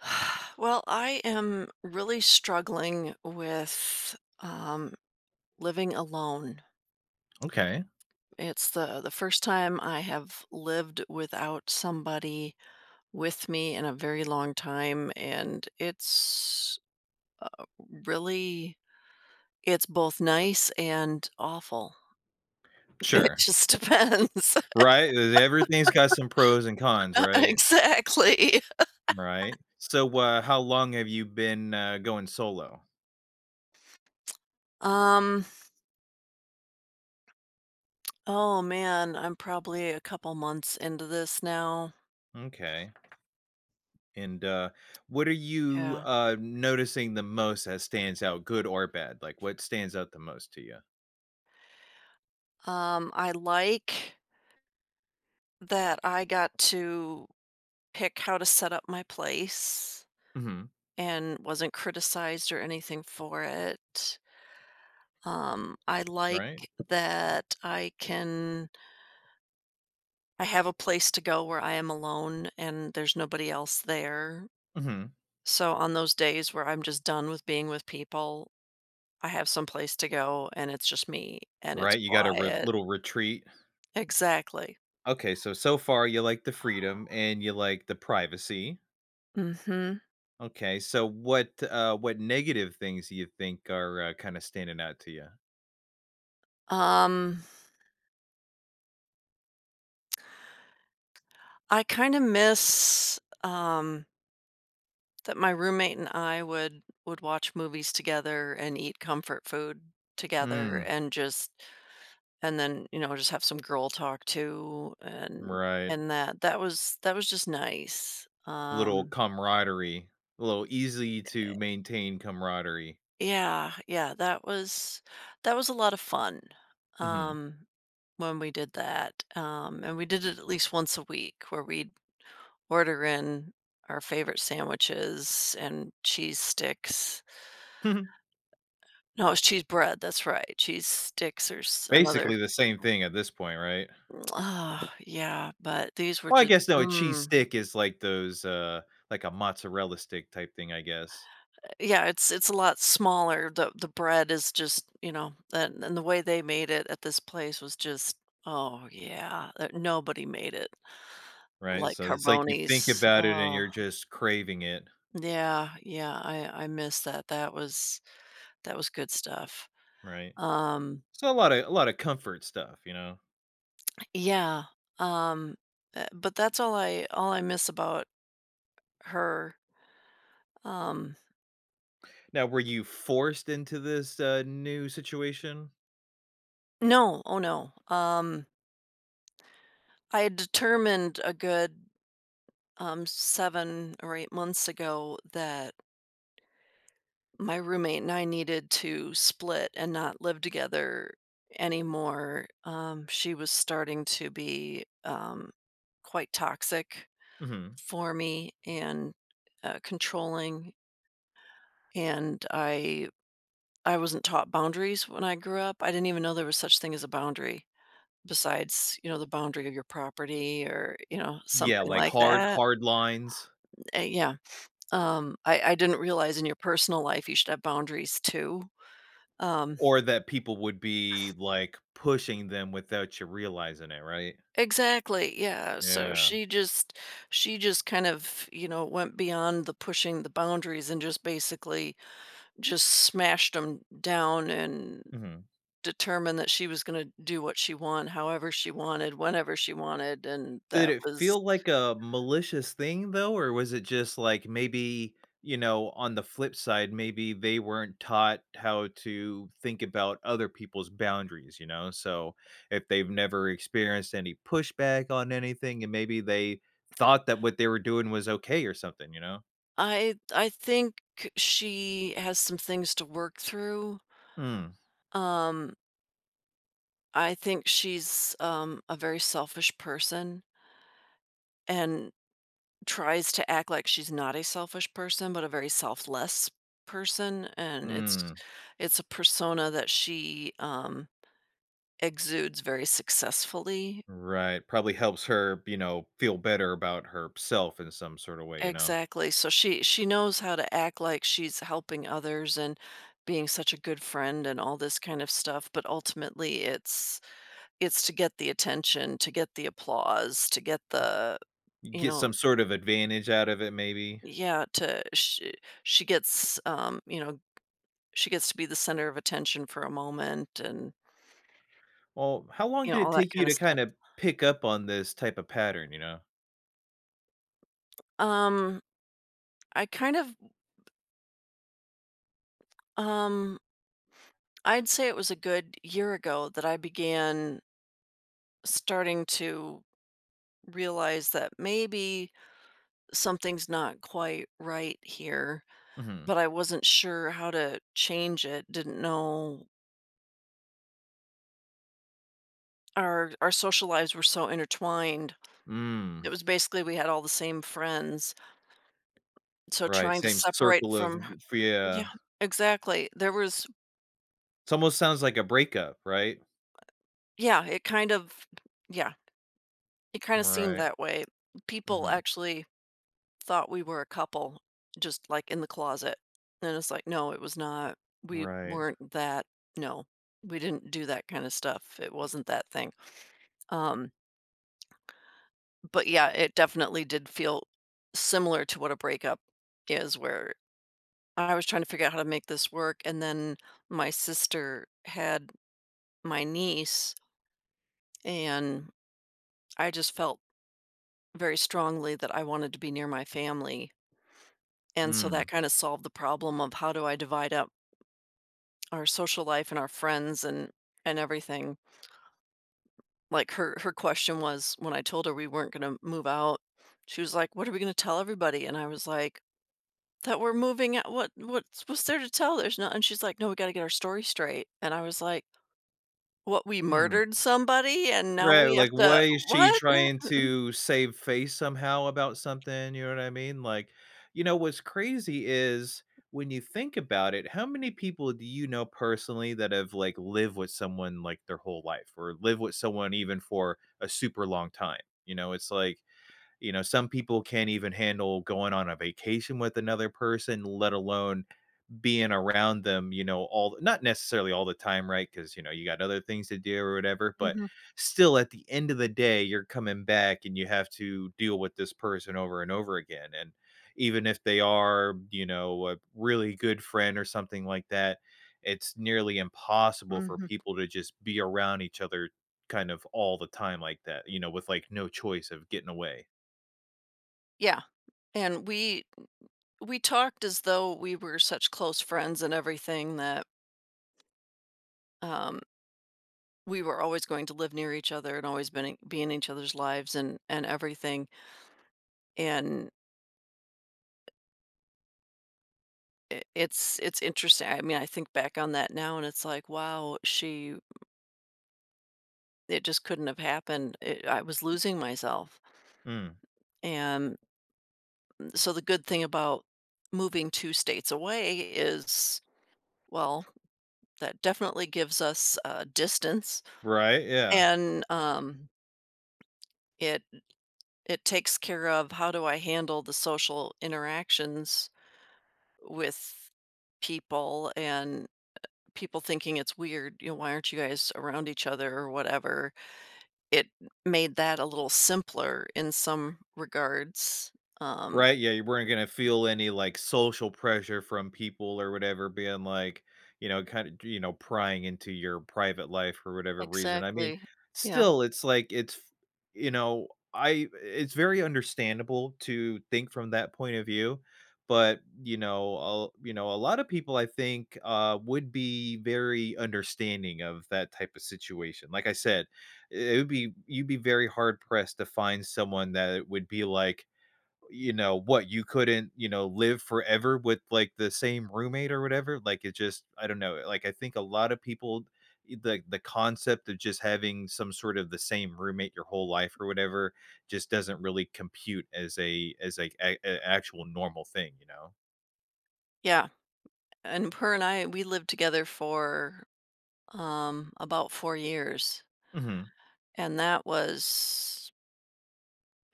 Well, I am really struggling with living alone. Okay, It's the first time I have lived without somebody with me in a very long time, and it's uh, really, it's both nice and awful. It sure. just depends. Right, e everything's got some pros and cons, right? Exactly. Right. So, how long have you been, going solo? Um, oh man, I'm probably a couple months into this now. Okay, and, what are you, Yeah. Noticing the most that stands out, good or bad? Like, what stands out the most to you? I like that I got to pick how to set up my place Mhm, and wasn't criticized or anything for it. I right? like that I have a place to go where I am alone and there's nobody else there. Mhm, So on those days where I'm just done with being with people, I have some place to go and it's just me and it's right, you got a re quiet. little retreat. Exactly. Okay, so, so far you like the freedom and you like the privacy. Mhm. Okay, so what negative things do you think are, kinda standing out to you? Um, I kinda miss, um that my roommate and I would watch movies together and eat comfort food together Mm. And then, just have some girl talk too, and Right. and that was just nice. A little camaraderie, a little easy to maintain camaraderie. Yeah, yeah, that was a lot of fun, Mhm. um, when we did that. And we did it at least once a week where we'd order in our favorite sandwiches and cheese sticks. No, it's cheese bread, that's right. Cheese sticks, there's Basically another. the same thing at this point, right? Ugh, yeah, but these were Well, I just guess no, a cheese stick is like those, like a mozzarella stick type thing, I guess, Yeah, it's a lot smaller. The bread is just, and the way they made it at this place was just, oh yeah, nobody made it right? like So it's like you think Carboni's. about it and Oh, you're just craving it, yeah, yeah, I miss that. That was good stuff. right? Um, So a lot of comfort stuff, you know? yeah, um, but that's all I miss about her. Um Now were you forced into this, new situation? No, oh no. I had determined a good 7 or 8 months ago that my roommate and I needed to split and not live together anymore. She was starting to be quite toxic Mhm. for me and controlling, and I wasn't taught boundaries when I grew up. I didn't even know there was such thing as a boundary besides the boundary of your property, or Yeah, something like like hard that. hard lines. Yeah. I didn't realize in your personal life you should have boundaries too. Um, Or that people would be, like, pushing them without you realizing it, right? exactly. Yeah. So Yeah, she just kind of went beyond the pushing the boundaries and just basically just smashed them down and mhm. determined that she was going to do what she wanted, however she wanted, whenever she wanted. And Did that it was. feel like a malicious thing though, or was it just, like, maybe, on the flip side, maybe they weren't taught how to think about other people's boundaries, you know? So, if they've never experienced any pushback on anything and maybe they thought that what they were doing was okay or something, you know? I think she has some things to work through. Mm, Um, I think she's a very selfish person and tries to act like she's not a selfish person, but a very selfless person. And it's mm. it's a persona that she exudes very successfully. Right, probably helps her, feel better about herself in some sort of way, you know? Exactly. So she knows how to act like she's helping others and being such a good friend and all this kind of stuff, but ultimately it's to get the attention, to get the applause, to get the You you get some know sort of advantage out of it maybe. yeah, to she gets, she gets to be the center of attention for a moment and, Well, how long did it all that take you kinda to stuff. kinda pick up on this type of pattern, you know? Um, I kind of um, I'd say it was a good year ago that I began starting to realize that maybe something's not quite right here, Mhm. but I wasn't sure how to change it, didn't know our social lives were so intertwined. Mm, It was basically we had all the same friends, so right, trying to same separate circle of from. g H f yeah. Yeah, exactly. There was, It almost sounds like a breakup, right? yeah, it kind of, yeah, it kinda seemed Right. that way. People Mhm. actually thought we were a couple, just, like, in the closet, and it's like, "No, it was not. We Right. weren't that, no, we didn't do that kinda stuff. It wasn't that thing." Um, but yeah, it definitely did feel similar to what a breakup is, where I was trying to figure out how to make this work, and then my sister had my niece, and I just felt very strongly that I wanted to be near my family. And so that Mm. kind of solved the problem of how do I divide up our social life and our friends and everything. Like her question was, when I told her we weren't going to move out, she was like, "What are we going to tell everybody?" And I was like, "That we're moving out. What's there to tell? There's not." And she's like, "No, we got to get our story straight." And I was like, "What, we Hmm. murdered somebody and now Right, we have like, why to is she what?" trying to save face somehow about something, you know what I mean? Like, what's crazy is when you think about it, how many people do you know personally that have, like, lived with someone, like, their whole life or live with someone even for a super long time? It's like, some people can't even handle going on a vacation with another person, let alone being around them, all not necessarily all the time, right? Because you know you got other things to do or whatever, but Mm-mm. still, at the end of the day, you're coming back and you have to deal with this person over and over again. And even if they are, a really good friend or something like that, it's nearly impossible Mhm, for mhm. people to just be around each other kind of all the time like that, with like no choice of getting away. Yeah, and we talked as though we were such close friends and everything that, um, we were always going to live near each other and always been in be in each other's lives and everything, and I it's interesting, I mean, I think back on that now and it's like, wow, she it just couldn't have happened, it I was losing myself, Mm. and so the good thing about moving 2 states away is, well, that definitely gives us, distance, Right? Yeah. and, it it takes care of how do I handle the social interactions with people, and people thinking it's weird, you know, "Why aren't you guys around each other?" or whatever. It made that a little simpler in some regards. Um Right, yeah, you weren't gonna feel any, like, social pressure from people or whatever being, like, kinda, prying into your private life for whatever reason. I mean, exactly. Yeah. still, it's like it's you know, I it's very understandable to think from that point of view, but, a lot of people, I think, would be very understanding of that type of situation. Like I said, it would be you'd be very hard pressed to find someone that would be like, you know what, you couldn't live forever with like the same roommate or whatever. Like, it just, I don't know, like I think a lot of people, the concept of just having some sort of the same roommate your whole life or whatever just doesn't really compute as a as like a actual normal thing, you know. Yeah. And her and I, we lived together for, about 4 years, Hmm. and that was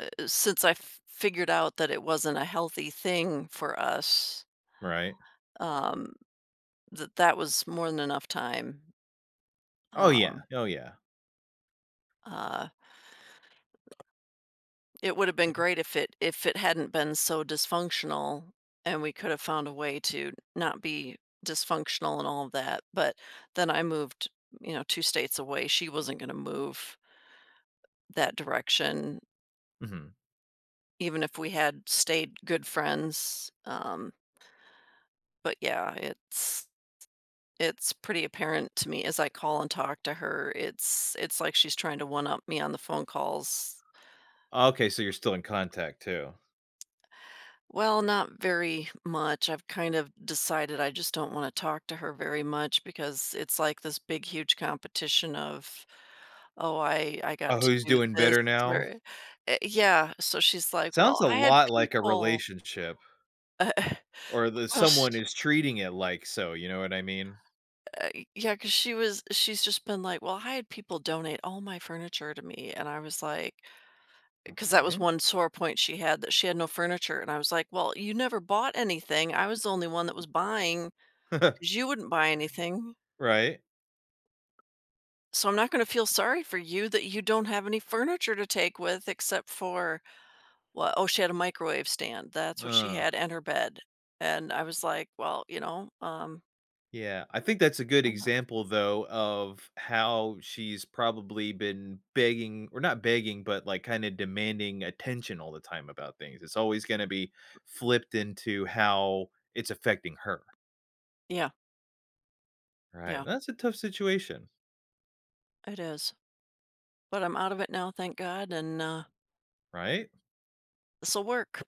since I f figured out that it wasn't a healthy thing for us, Right. um, that was more than enough time. Oh yeah, Um, oh yeah, uh It would have been yeah. great if it hadn't been so dysfunctional and we could have found a way to not be dysfunctional and all of that, but then I moved, you know, 2 states away. She wasn't gonna move that direction Hmm. even if we had stayed good friends, but yeah, it's pretty apparent to me as I call and talk to her, it's like she's trying to one up me on the phone calls. Okay, so you're still in contact too. Well, not very much. I've kind of decided I just don't want to talk to her very much because it's like this big, huge competition of, oh, I Oh, got to who's do doing this, better now. or yeah. So she's like, Sounds "Well, a I had lot like a people." relationship. Or the well, sh someone is treating it like so, you know what I mean? uh, yeah, because she's just been like, "Well, I had people donate all my furniture to me," and I was like, because that was Okay. one sore point she had, that she had no furniture, and I was like, "Well, you never bought anything. I was the only one that was buying, because you wouldn't buy anything. Right. So I'm not gonna feel sorry for you that you don't have any furniture to take with, except for, well, oh, she had a microwave stand, that's what she Uh, had, and her bed," and I was like, "Well, you know, um." yeah. I think that's a good uh example though of how she's probably been begging or not begging, but like kind of demanding attention all the time about things. It's always going to be flipped into how it's affecting her. Yeah, Right. yeah, That's a tough situation, it is, but I'm out of it now, thank God, and, right? this'll work.